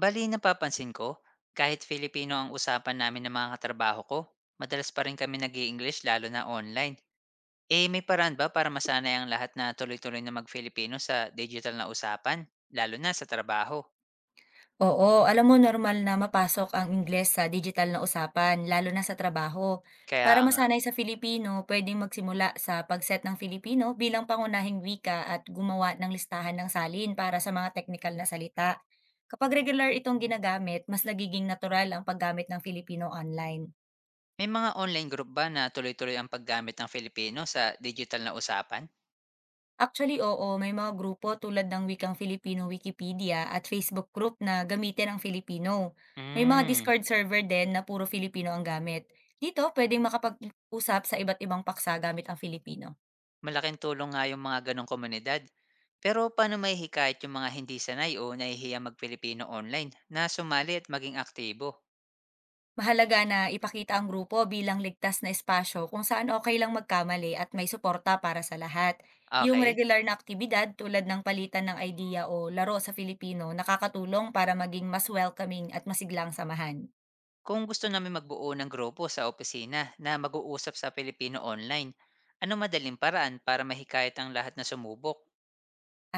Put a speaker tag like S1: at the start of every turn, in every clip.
S1: Bale napapansin ko, kahit Filipino ang usapan namin ng mga katrabaho ko, madalas pa rin kami nag english lalo na online. Eh, may paraan ba para masanay ang lahat na tuloy-tuloy na mag-Filipino sa digital na usapan, lalo na sa trabaho?
S2: Oo, alam mo normal na mapasok ang Ingles sa digital na usapan, lalo na sa trabaho.
S1: Kaya
S2: Para
S1: nga,
S2: masanay sa Filipino, pwedeng magsimula sa pagset ng Filipino bilang pangunahing wika at gumawa ng listahan ng salin para sa mga technical na salita. Kapag regular itong ginagamit, mas nagiging natural ang paggamit ng Filipino online.
S1: may mga online group ba na tuloy-tuloy ang paggamit ng Filipino sa digital na usapan?
S2: Actually, oo. May mga grupo tulad ng Wikang Filipino Wikipedia at Facebook group na gamitin ang Filipino. May mga
S1: Hmm,
S2: Discord server din na puro Filipino ang gamit. Dito, pwedeng makapag-usap sa iba't ibang paksa gamit ang Filipino.
S1: malaking tulong nga yung mga ganong komunidad. Pero paano may hikayat yung mga hindi sanay o nahihiya mag-Filipino online na sumali at maging aktibo?
S2: Mahalaga na ipakita ang grupo bilang ligtas na espasyo kung saan okay lang magkamali at may suporta para sa lahat. Yung
S1: Okay.
S2: regular na aktibidad tulad ng palitan ng idea o laro sa Filipino nakakatulong para maging mas welcoming at masiglang samahan.
S1: Kung gusto namin magbuo ng grupo sa opisina na mag-uusap sa Pilipino online, ano madaling paraan para mahikayat ang lahat na sumubok?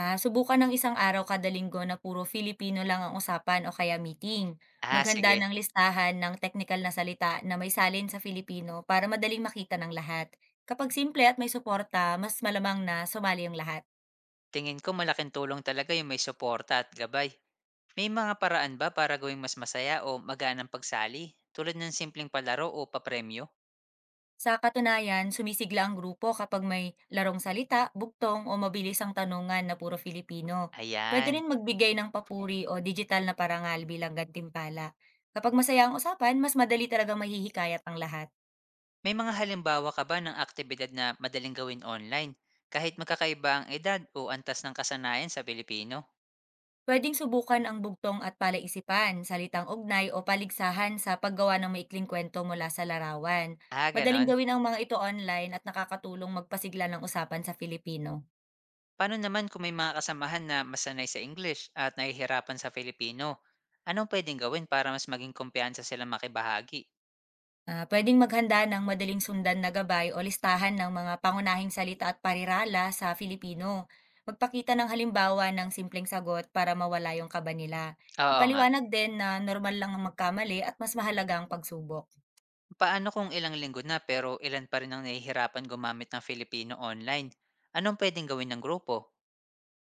S2: Ah, subukan ng isang araw kada linggo na puro Filipino lang ang usapan o kaya meeting.
S1: Ah,
S2: Maghanda
S1: sige.
S2: ng listahan ng technical na salita na may salin sa Filipino para madaling makita ng lahat. Kapag simple at may suporta, mas malamang na sumali ang lahat.
S1: Tingin ko malaking tulong talaga yung may suporta at gabay. May mga paraan ba para gawing mas masaya o magaan ang pagsali? Tulad ng simpleng palaro o papremyo?
S2: Sa katunayan, sumisigla ang grupo kapag may larong salita, bugtong o mabilis ang tanungan na puro Filipino. Pwede
S1: Ayan.
S2: rin magbigay ng papuri o digital na parangal bilang gantimpala. Kapag masaya ang usapan, mas madali talaga mahihikayat ang lahat.
S1: May mga halimbawa ka ba ng aktibidad na madaling gawin online? Kahit magkakaiba ang edad o antas ng kasanayan sa Pilipino?
S2: Pwedeng subukan ang bugtong at palaisipan, salitang ugnay o paligsahan sa paggawa ng maikling kwento mula sa larawan.
S1: Ah,
S2: Madaling
S1: ganon.
S2: gawin ang mga ito online at nakakatulong magpasigla ng usapan sa Filipino.
S1: Paano naman kung may mga kasamahan na masanay sa English at nahihirapan sa Filipino? Anong pwedeng gawin para mas maging kumpiyansa sila makibahagi?
S2: Ah, pwedeng maghanda ng madaling sundan na gabay o listahan ng mga pangunahing salita at parirala sa Filipino. Magpakita ng halimbawa ng simpleng sagot para mawala yung kaba nila.
S1: Oo nga.
S2: Ipaliwanag din na normal lang ang magkamali at mas mahalaga ang pagsubok.
S1: Paano kung ilang linggo na pero ilan pa rin ang nahihirapan gumamit ng Filipino online? Anong pwedeng gawin ng grupo?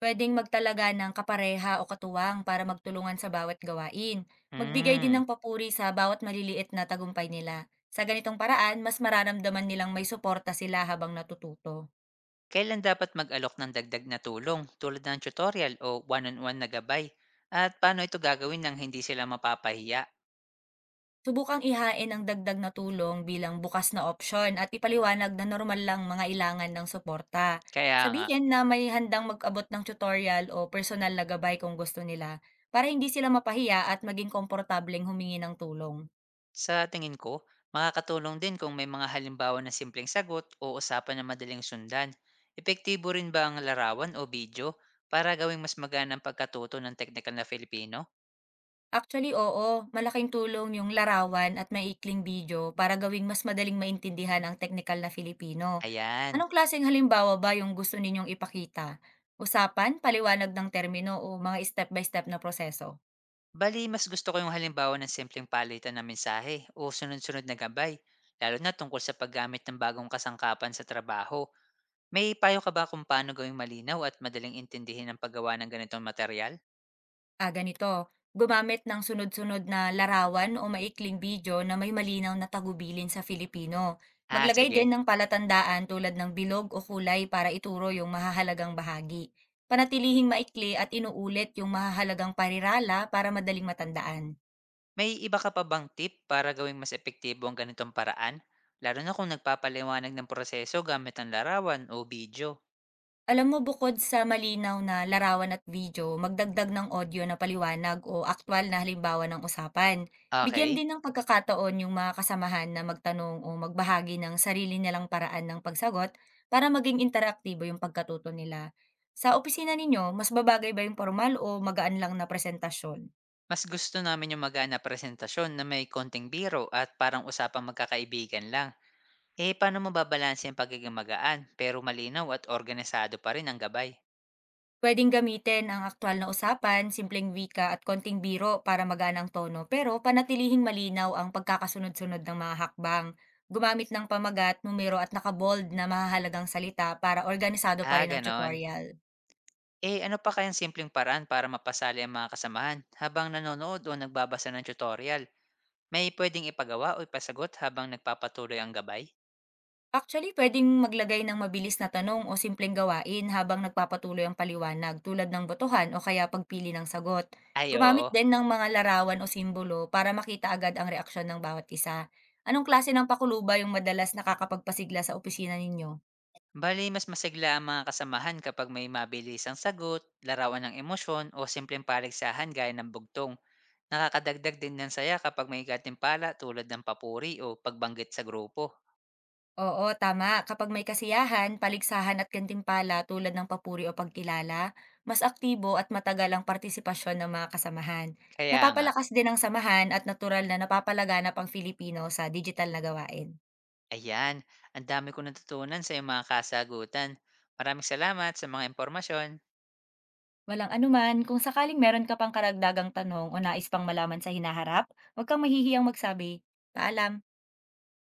S2: Puwedeng magtalaga ng kapareha o katuwang para magtulungan sa bawat gawain. Magbigay din
S1: Hmm.
S2: ng papuri sa bawat maliliit na tagumpay nila. Sa ganitong paraan, mas mararamdaman nilang may suporta sila habang natututo.
S1: Kailan dapat mag-alok ng dagdag na tulong tulad ng tutorial o one-on-one na gabay? At paano ito gagawin nang hindi sila mapapahiya?
S2: Subukang ihain ang dagdag na tulong bilang bukas na opsyon at ipaliwanag na normal lang mga ilangan ng suporta.
S1: Kaya nga.
S2: Sabihin na may handang mag-abot ng tutorial o personal na gabay kung gusto nila para hindi sila mapahiya at maging komportableng humingi ng tulong.
S1: Sa tingin ko, makakatulong din kung may mga halimbawa na simpleng sagot o usapan na madaling sundan. Epektibo rin ba ang larawan o video para gawing mas magana ang pagkatuto ng technical na Filipino?
S2: Actually, oo. Malaking tulong yung larawan at maikling video para gawing mas madaling maintindihan ang teknikal na Filipino.
S1: Ayan.
S2: Anong klaseng halimbawa ba yung gusto ninyong ipakita? Usapan, paliwanag ng termino o mga step-by-step na proseso?
S1: Bali, mas gusto ko yung halimbawa ng simpleng palitan ng mensahe o sunod-sunod na gabay, lalo na tungkol sa paggamit ng bagong kasangkapan sa trabaho. May payo ka ba kung paano gawing malinaw at madaling intindihin ang paggawa ng ganitong material?
S2: Ah, ganito. Gumamit ng sunod-sunod na larawan o maikling video na may malinaw na tagubilin sa Filipino.
S1: Ah,
S2: Maglagay
S1: sige.
S2: din ng palatandaan tulad ng bilog o kulay para ituro yung mahahalagang bahagi. Panatilihing maikli at inuulit yung mahahalagang parirala para madaling matandaan.
S1: May iba ka pa bang tip para gawing mas epektibo ang ganitong paraan? Lalo na kung nagpapaliwanag ng proseso gamit ang larawan o video.
S2: Alam mo bukod sa malinaw na larawan at video, magdagdag ng audio na paliwanag o aktwal na halimbawa ng usapan. Bigyan
S1: Okay,
S2: din ng pagkakataon yung mga kasamahan na magtanong o magbahagi ng sarili nilang paraan ng pagsagot para maging interaktibo yung pagkatuto nila. Sa opisina ninyo, mas babagay ba yung formal o magaan lang na presentasyon?
S1: mas gusto namin yung magaan na presentasyon na may konting biro at parang usapang magkakaibigan lang. Eh, paano mo babalanse ang pagiging magaan pero malinaw at organisado pa rin ang gabay?
S2: Pwedeng gamitin ang aktwal na usapan, simpleng wika at konting biro para maganang tono pero panatilihing malinaw ang pagkakasunod-sunod ng mga hakbang. Gumamit ng pamagat, numero at nakabold na mahahalagang salita para organisado pa
S1: Ah,
S2: rin ang
S1: ganon.
S2: tutorial.
S1: Eh, ano pa kayang simpleng paraan para mapasali ang mga kasamahan habang nanonood o nagbabasa ng tutorial? May pwedeng ipagawa o ipasagot habang nagpapatuloy ang gabay?
S2: Actually, puwedeng maglagay ng mabilis na tanong o simpleng gawain habang nagpapatuloy ang paliwanag tulad ng botohan o kaya pagpili ng sagot.
S1: Ay,
S2: Gumamit
S1: oo.
S2: din ng mga larawan o simbolo para makita agad ang reaksyon ng bawat isa. Anong klase ng pakulo ba yung madalas nakakapagpasigla sa opisina ninyo?
S1: Bali mas masigla ang mga kasamahan kapag may mabilis ang sagot, larawan ng emosyon o simpleng paligsahan gaya ng bugtong. Nakakadagdag din ng saya kapag may katimpala tulad ng papuri o pagbanggit sa grupo.
S2: Oo, tama. Kapag may kasiyahan, paligsahan at gantimpala tulad ng papuri o pagkilala, mas aktibo at matagal ang partisipasyon ng mga kasamahan.
S1: Kaya nga,
S2: Napapalakas din ang samahan at natural na napapalaganap ang Filipino sa digital na gawain.
S1: ayan, ang dami ko natutunan sa iyong mga kasagutan. Maraming salamat sa mga impormasyon.
S2: Walang anuman, kung sakaling meron ka pang karagdagang tanong o nais pang malaman sa hinaharap, huwag kang mahihiyang magsabi. Paalam!